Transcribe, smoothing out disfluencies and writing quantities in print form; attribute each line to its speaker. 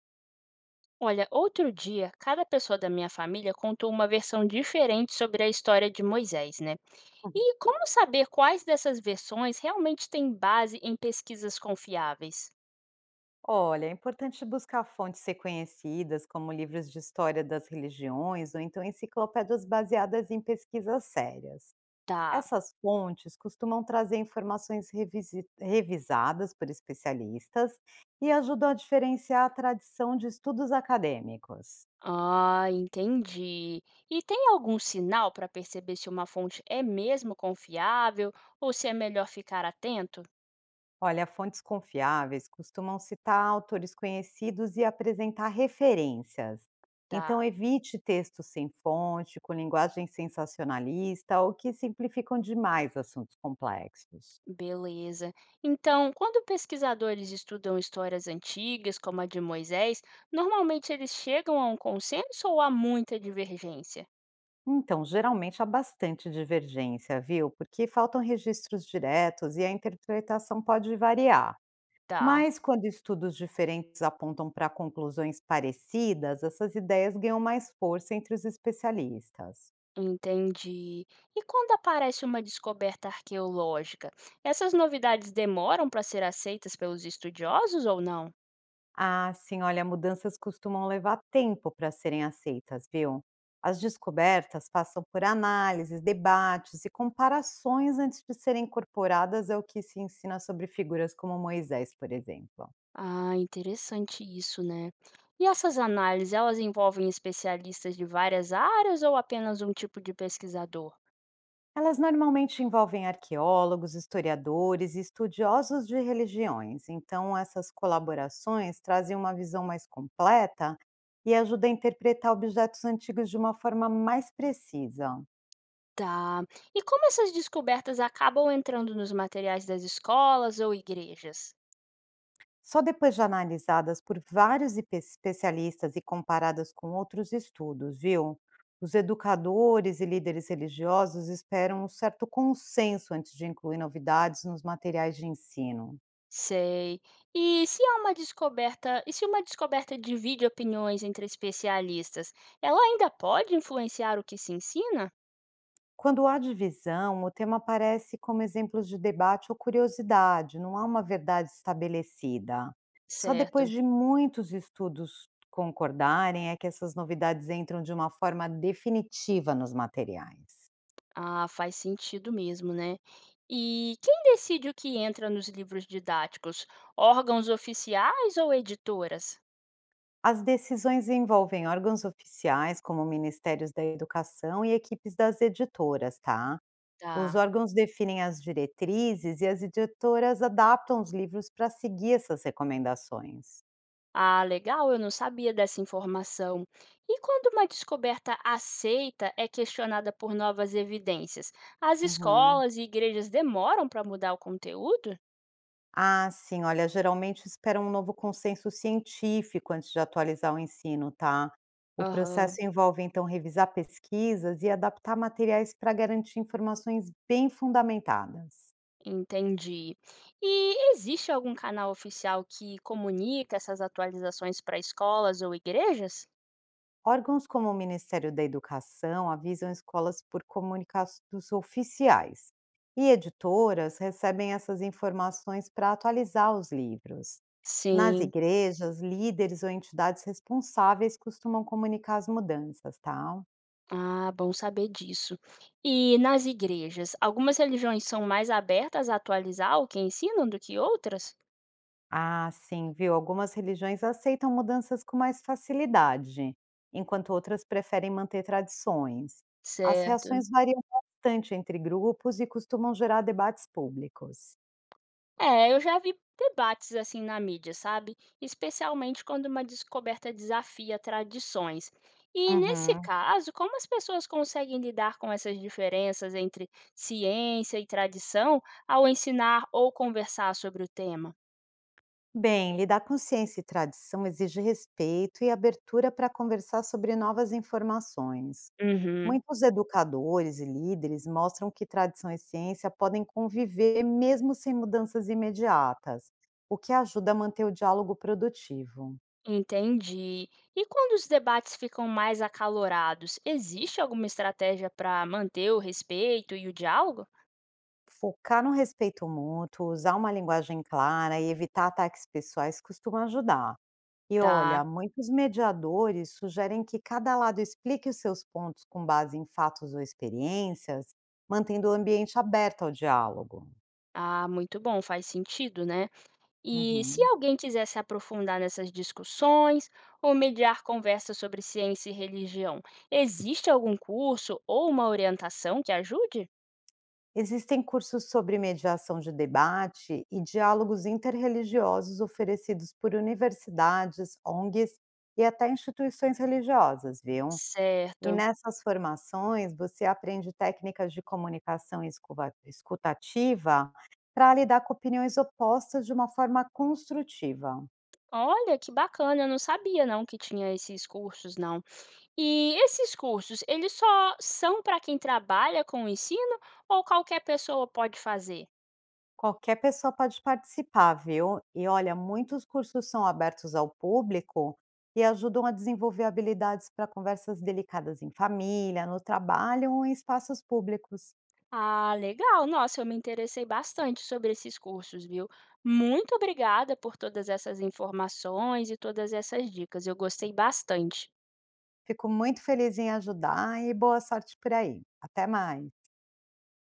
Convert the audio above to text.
Speaker 1: Olha, outro dia, cada pessoa da minha família contou uma versão diferente sobre a história de Moisés, né? E como saber quais dessas versões realmente têm base em pesquisas confiáveis?
Speaker 2: Olha, é importante buscar fontes reconhecidas, como livros de história das religiões ou então enciclopédias baseadas em pesquisas sérias.
Speaker 1: Tá.
Speaker 2: Essas fontes costumam trazer informações revisadas por especialistas e ajudam a diferenciar a tradição de estudos acadêmicos.
Speaker 1: Ah, entendi. E tem algum sinal para perceber se uma fonte é mesmo confiável ou se é melhor ficar atento?
Speaker 2: Olha, fontes confiáveis costumam citar autores conhecidos e apresentar referências.
Speaker 1: Tá.
Speaker 2: Então, evite textos sem fonte, com linguagem sensacionalista ou que simplificam demais assuntos complexos.
Speaker 1: Beleza. Então, quando pesquisadores estudam histórias antigas, como a de Moisés, normalmente eles chegam a um consenso ou há muita divergência?
Speaker 2: Então, geralmente há bastante divergência, viu? Porque faltam registros diretos e a interpretação pode variar.
Speaker 1: Tá,
Speaker 2: Mas quando estudos diferentes apontam para conclusões parecidas, essas ideias ganham mais força entre os especialistas.
Speaker 1: entendi. E quando aparece uma descoberta arqueológica, essas novidades demoram para ser aceitas pelos estudiosos ou não?
Speaker 2: Ah, sim, olha, mudanças costumam levar tempo para serem aceitas, viu? As descobertas passam por análises, debates e comparações antes de serem incorporadas ao que se ensina sobre figuras como Moisés, por exemplo.
Speaker 1: Ah, interessante isso, né? E essas análises, elas envolvem especialistas de várias áreas ou apenas um tipo de pesquisador?
Speaker 2: Elas normalmente envolvem arqueólogos, historiadores e estudiosos de religiões, então essas colaborações trazem uma visão mais completa e ajudam a interpretar objetos antigos de uma forma mais precisa.
Speaker 1: Tá. E como essas descobertas acabam entrando nos materiais das escolas ou igrejas?
Speaker 2: Só depois de analisadas por vários especialistas e comparadas com outros estudos, viu? Os educadores e líderes religiosos esperam um certo consenso antes de incluir novidades nos materiais de ensino.
Speaker 1: Sei. E se há uma descoberta, e se uma descoberta divide opiniões entre especialistas, ela ainda pode influenciar o que se ensina?
Speaker 2: Quando há divisão, o tema aparece como exemplos de debate ou curiosidade, não há uma verdade estabelecida. Só depois
Speaker 1: Certo.
Speaker 2: de muitos estudos concordarem é que essas novidades entram de uma forma definitiva nos materiais.
Speaker 1: Ah, faz sentido mesmo, né? E quem decide o que entra nos livros didáticos? Órgãos oficiais ou editoras?
Speaker 2: As decisões envolvem órgãos oficiais, como ministérios da educação e equipes das editoras, tá? Os
Speaker 1: Tá.
Speaker 2: órgãos definem as diretrizes e as editoras adaptam os livros para seguir essas recomendações.
Speaker 1: Ah, legal, eu não sabia dessa informação. E quando uma descoberta aceita é questionada por novas evidências, as
Speaker 2: Uhum.
Speaker 1: escolas e igrejas demoram para mudar o conteúdo?
Speaker 2: Ah, sim, olha, geralmente esperam um novo consenso científico antes de atualizar o ensino, tá? O
Speaker 1: Aham,
Speaker 2: processo envolve, então, revisar pesquisas e adaptar materiais para garantir informações bem fundamentadas.
Speaker 1: entendi. E existe algum canal oficial que comunica essas atualizações para escolas ou igrejas?
Speaker 2: Órgãos como o Ministério da Educação avisam escolas por comunicados oficiais, e editoras recebem essas informações para atualizar os livros. Nas
Speaker 1: Sim,
Speaker 2: igrejas, líderes ou entidades responsáveis costumam comunicar as mudanças, tá?
Speaker 1: ah, bom saber disso. E nas igrejas, algumas religiões são mais abertas a atualizar o que ensinam do que outras?
Speaker 2: Ah, sim, viu? Algumas religiões aceitam mudanças com mais facilidade, enquanto outras preferem manter tradições. As
Speaker 1: Certo.
Speaker 2: reações variam bastante entre grupos e costumam gerar debates públicos.
Speaker 1: É, eu já vi debates assim na mídia, sabe? Especialmente quando uma descoberta desafia tradições. E nesse
Speaker 2: Uhum.
Speaker 1: caso, como as pessoas conseguem lidar com essas diferenças entre ciência e tradição ao ensinar ou conversar sobre o tema?
Speaker 2: Bem, lidar com ciência e tradição exige respeito e abertura para conversar sobre novas informações.
Speaker 1: Uhum,
Speaker 2: Muitos educadores e líderes mostram que tradição e ciência podem conviver mesmo sem mudanças imediatas, o que ajuda a manter o diálogo produtivo.
Speaker 1: entendi. E quando os debates ficam mais acalorados, existe alguma estratégia para manter o respeito e o diálogo?
Speaker 2: Focar no respeito mútuo, usar uma linguagem clara e evitar ataques pessoais costuma ajudar. E
Speaker 1: Tá.
Speaker 2: olha, muitos mediadores sugerem que cada lado explique os seus pontos com base em fatos ou experiências, mantendo o ambiente aberto ao diálogo.
Speaker 1: Ah, muito bom, faz sentido, né? E se
Speaker 2: Uhum.
Speaker 1: alguém quiser se aprofundar nessas discussões ou mediar conversas sobre ciência e religião, existe algum curso ou uma orientação que ajude?
Speaker 2: Existem cursos sobre mediação de debate e diálogos interreligiosos oferecidos por universidades, ONGs e até instituições religiosas, viu? E
Speaker 1: Certo.
Speaker 2: nessas formações, você aprende técnicas de comunicação escuva escutativa para lidar com opiniões opostas de uma forma construtiva.
Speaker 1: Olha que bacana, eu não sabia não que tinha esses cursos não. E esses cursos, eles só são para quem trabalha com o ensino ou qualquer pessoa pode fazer?
Speaker 2: Qualquer pessoa pode participar, viu? E olha, muitos cursos são abertos ao público e ajudam a desenvolver habilidades para conversas delicadas em família, no trabalho ou em espaços públicos.
Speaker 1: Ah, legal. Nossa, eu me interessei bastante sobre esses cursos, viu? Muito obrigada por todas essas informações e todas essas dicas. Eu gostei bastante.
Speaker 2: Fico muito feliz em ajudar e boa sorte por aí. Até mais.